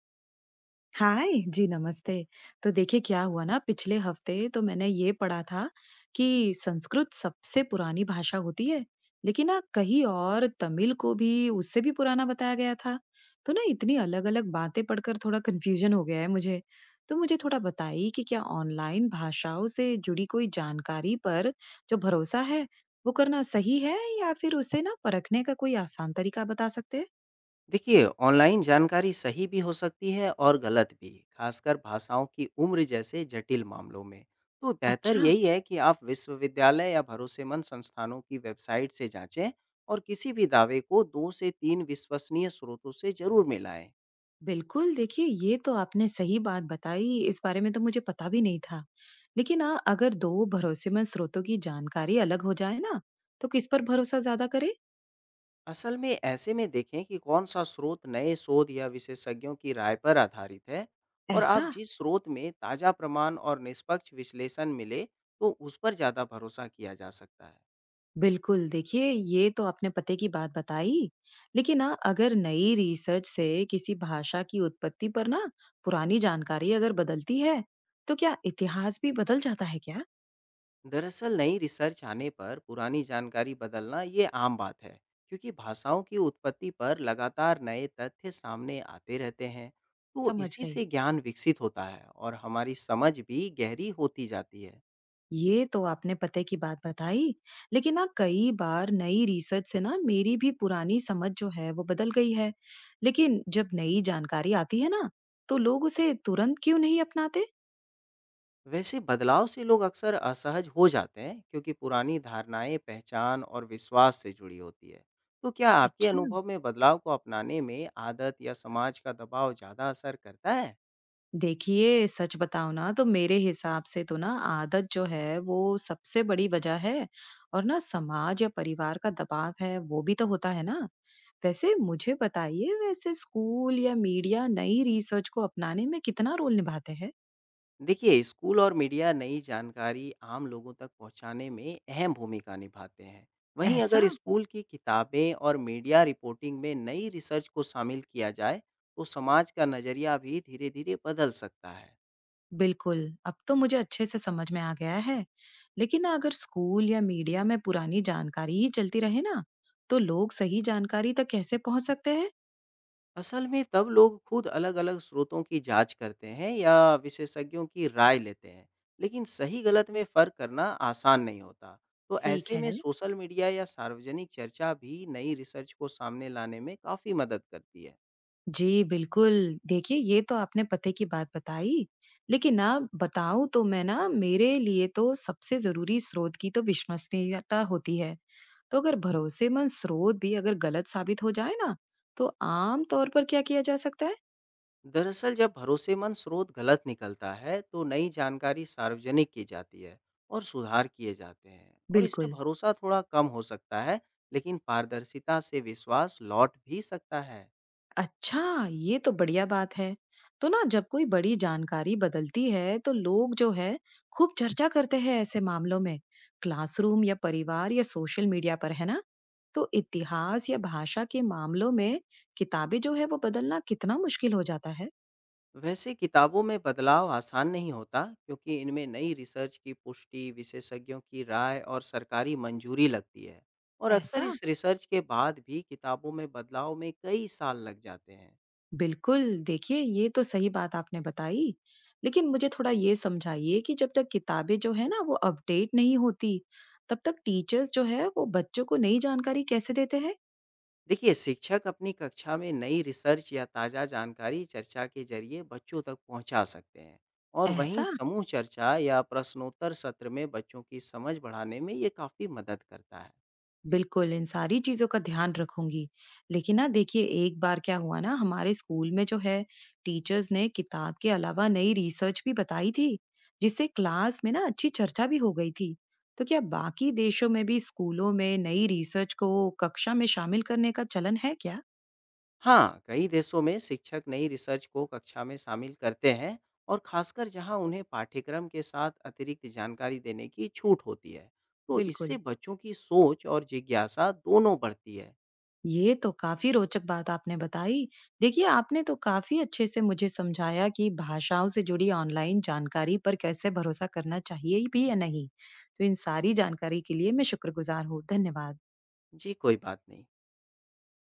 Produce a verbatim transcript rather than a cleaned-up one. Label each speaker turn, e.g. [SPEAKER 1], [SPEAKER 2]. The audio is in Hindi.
[SPEAKER 1] हाय जी नमस्ते। तो देखिए क्या हुआ ना, पिछले हफ्ते तो मैंने ये पढ़ा था कि संस्कृत सबसे पुरानी भाषा होती है। लेकिन ना कहीं और तमिल को भी उससे भी पुराना बताया गया था। तो ना इतनी अलग-अलग बातें पढ़कर थोड़ा कंफ्यूजन हो गया है मुझे। तो मुझे थोड़ा बताइए कि क्या ऑनलाइन भाषाओं से जुड़ी कोई जानकारी पर जो भरोसा है, वो करना सही है, या फिर उसे ना परखने का कोई आसान तरीका बता सकते हैं।
[SPEAKER 2] देखिए ऑनलाइन जानकारी सही भी हो सकती है और गलत भी। खासकर भाषाओं की उम्र जैसे जटिल मामलों में तो बेहतर
[SPEAKER 1] अच्छा।
[SPEAKER 2] यही है कि आप विश्वविद्यालय या भरोसेमंद संस्थानों की वेबसाइट से जांचें, और किसी भी दावे को दो से तीन विश्वसनीय स्रोतों से जरूर मिलाएं।
[SPEAKER 1] बिल्कुल, देखिए ये तो आपने सही बात बताई, इस बारे में तो मुझे पता भी नहीं था। लेकिन ना अगर दो भरोसेमंद स्रोतों की जानकारी अलग हो जाए ना, तो किस पर भरोसा ज़्यादा करें?
[SPEAKER 2] असल में ऐसे में देखें कि कौन सा स्रोत नए शोध या विशेषज्ञों की राय पर आधारित है, और
[SPEAKER 1] ऐसा?
[SPEAKER 2] आप जिस स्रोत में ताज़ा प्रमाण और निष्पक्ष विश्लेषण मिले, तो उस पर ज़्यादा भरोसा किया जा सकता है।
[SPEAKER 1] बिल्कुल, देखिए ये तो आपने पते की बात बताई। लेकिन ना अगर नई रिसर्च से किसी भाषा की उत्पत्ति पर ना पुरानी जानकारी अगर बदलती है, तो क्या इतिहास भी बदल जाता है क्या?
[SPEAKER 2] दरअसल नई रिसर्च आने पर पुरानी जानकारी बदलना ये आम बात है, क्योंकि भाषाओं की उत्पत्ति पर लगातार नए तथ्य सामने आते रहते हैं। तो
[SPEAKER 1] समझ
[SPEAKER 2] इसी
[SPEAKER 1] गई।
[SPEAKER 2] से ज्ञान विकसित होता है और हमारी समझ भी गहरी होती जाती है।
[SPEAKER 1] ये तो आपने पते की बात बताई। लेकिन ना कई बार नई रिसर्च से ना मेरी भी पुरानी समझ जो है वो बदल गई है। लेकिन जब नई जानकारी आती है ना, तो लोग उसे तुरंत क्यों नहीं अपनाते?
[SPEAKER 2] वैसे बदलाव से लोग अक्सर असहज हो जाते हैं, क्योंकि पुरानी धारणाएं पहचान और विश्वास से जुड़ी होती है। तो क्या आपके
[SPEAKER 1] अच्छा।
[SPEAKER 2] अनुभव में बदलाव को अपनाने में आदत या समाज का दबाव ज़्यादा असर करता है?
[SPEAKER 1] देखिए सच बताओ ना, तो मेरे हिसाब से तो ना आदत जो है वो सबसे बड़ी वजह है। और ना समाज या परिवार का दबाव है वो भी तो होता है ना। वैसे मुझे बताइए, वैसे स्कूल या मीडिया नई रिसर्च को अपनाने में कितना रोल निभाते हैं?
[SPEAKER 2] देखिए, स्कूल और मीडिया नई जानकारी आम लोगों तक पहुँचाने में अहम भूमिका निभाते हैं। वहीं
[SPEAKER 1] ऐसा।
[SPEAKER 2] अगर स्कूल की किताबें और मीडिया रिपोर्टिंग में नई रिसर्च को शामिल किया जाए, तो समाज का नज़रिया भी धीरे-धीरे बदल सकता है।
[SPEAKER 1] बिल्कुल, अब तो मुझे अच्छे से समझ में आ गया है। लेकिन ना अगर स्कूल या मीडिया में पुरानी जानकारी ही चलती रहे ना, तो लोग सही जानकारी तक कैसे पहुंच सकते हैं?
[SPEAKER 2] असल में तब लोग खुद अलग-अलग स्रोतों की जांच करते हैं या विशेषज्ञों की राय लेते हैं, लेकिन सही-गलत में फ़र्क करना आसान नहीं होता। तो
[SPEAKER 1] ठीक
[SPEAKER 2] ऐसे में
[SPEAKER 1] है।
[SPEAKER 2] सोशल मीडिया या सार्वजनिक चर्चा भी नई रिसर्च को सामने लाने में काफ़ी मदद करती है।
[SPEAKER 1] जी बिल्कुल, देखिए ये तो आपने पते की बात बताई। लेकिन ना बताऊं तो मैं ना, मेरे लिए तो सबसे जरूरी स्रोत की तो विश्वसनीयता होती है। तो अगर भरोसेमंद स्रोत भी अगर गलत साबित हो जाए ना, तो आम तौर पर क्या किया जा सकता है?
[SPEAKER 2] दरअसल जब भरोसेमंद स्रोत गलत निकलता है, तो नई जानकारी सार्वजनिक की जाती है और सुधार किए जाते हैं, और इससे
[SPEAKER 1] बिल्कुल।
[SPEAKER 2] भरोसा थोड़ा कम हो सकता है, लेकिन पारदर्शिता से विश्वास लौट भी सकता है।
[SPEAKER 1] अच्छा, ये तो बढ़िया बात है। तो ना जब कोई बड़ी जानकारी बदलती है, तो लोग जो है खूब चर्चा करते हैं ऐसे मामलों में, क्लासरूम या परिवार या सोशल मीडिया पर, है ना? तो इतिहास या भाषा के मामलों में किताबें जो है वो बदलना कितना मुश्किल हो जाता है?
[SPEAKER 2] वैसे किताबों में बदलाव आसान नहीं होता, क्योंकि इनमें नई रिसर्च की पुष्टि, विशेषज्ञों की राय और सरकारी मंजूरी लगती है, और अक्सर
[SPEAKER 1] ऐसा?
[SPEAKER 2] इस रिसर्च के बाद भी किताबों में बदलाव में कई साल लग जाते हैं।
[SPEAKER 1] बिल्कुल, देखिए ये तो सही बात आपने बताई। लेकिन मुझे थोड़ा ये समझाइए कि जब तक किताबें जो है ना वो अपडेट नहीं होती, तब तक टीचर्स जो है वो बच्चों को नई जानकारी कैसे देते हैं?
[SPEAKER 2] देखिए, शिक्षक अपनी कक्षा में नई रिसर्च या ताज़ा जानकारी चर्चा के जरिए बच्चों तक पहुंचा सकते हैं, और वहीं
[SPEAKER 1] ऐसा?
[SPEAKER 2] समूह चर्चा या प्रश्नोत्तर सत्र में बच्चों की समझ बढ़ाने में ये काफ़ी मदद करता है।
[SPEAKER 1] बिल्कुल, इन सारी चीज़ों का ध्यान रखूँगी। लेकिन ना देखिए एक बार क्या हुआ ना, हमारे स्कूल में जो है टीचर्स ने किताब के अलावा नई रिसर्च भी बताई थी, जिससे क्लास में ना अच्छी चर्चा भी हो गई थी। तो क्या बाकी देशों में भी स्कूलों में नई रिसर्च को कक्षा में शामिल करने का चलन है क्या?
[SPEAKER 2] हाँ, कई देशों में शिक्षक नई रिसर्च को कक्षा में शामिल करते हैं, और खासकर जहाँ उन्हें पाठ्यक्रम के साथ अतिरिक्त जानकारी देने की छूट होती है। तो इससे
[SPEAKER 1] बिल्कुल।
[SPEAKER 2] बच्चों की सोच और जिज्ञासा दोनों बढ़ती है।
[SPEAKER 1] ये तो काफी रोचक बात आपने बताई। देखिए, आपने तो काफी अच्छे से मुझे समझाया कि भाषाओं से जुड़ी ऑनलाइन जानकारी पर कैसे भरोसा करना चाहिए भी या नहीं। तो इन सारी जानकारी के लिए मैं शुक्रगुजार हूँ। धन्यवाद।
[SPEAKER 2] जी, कोई बात नहीं।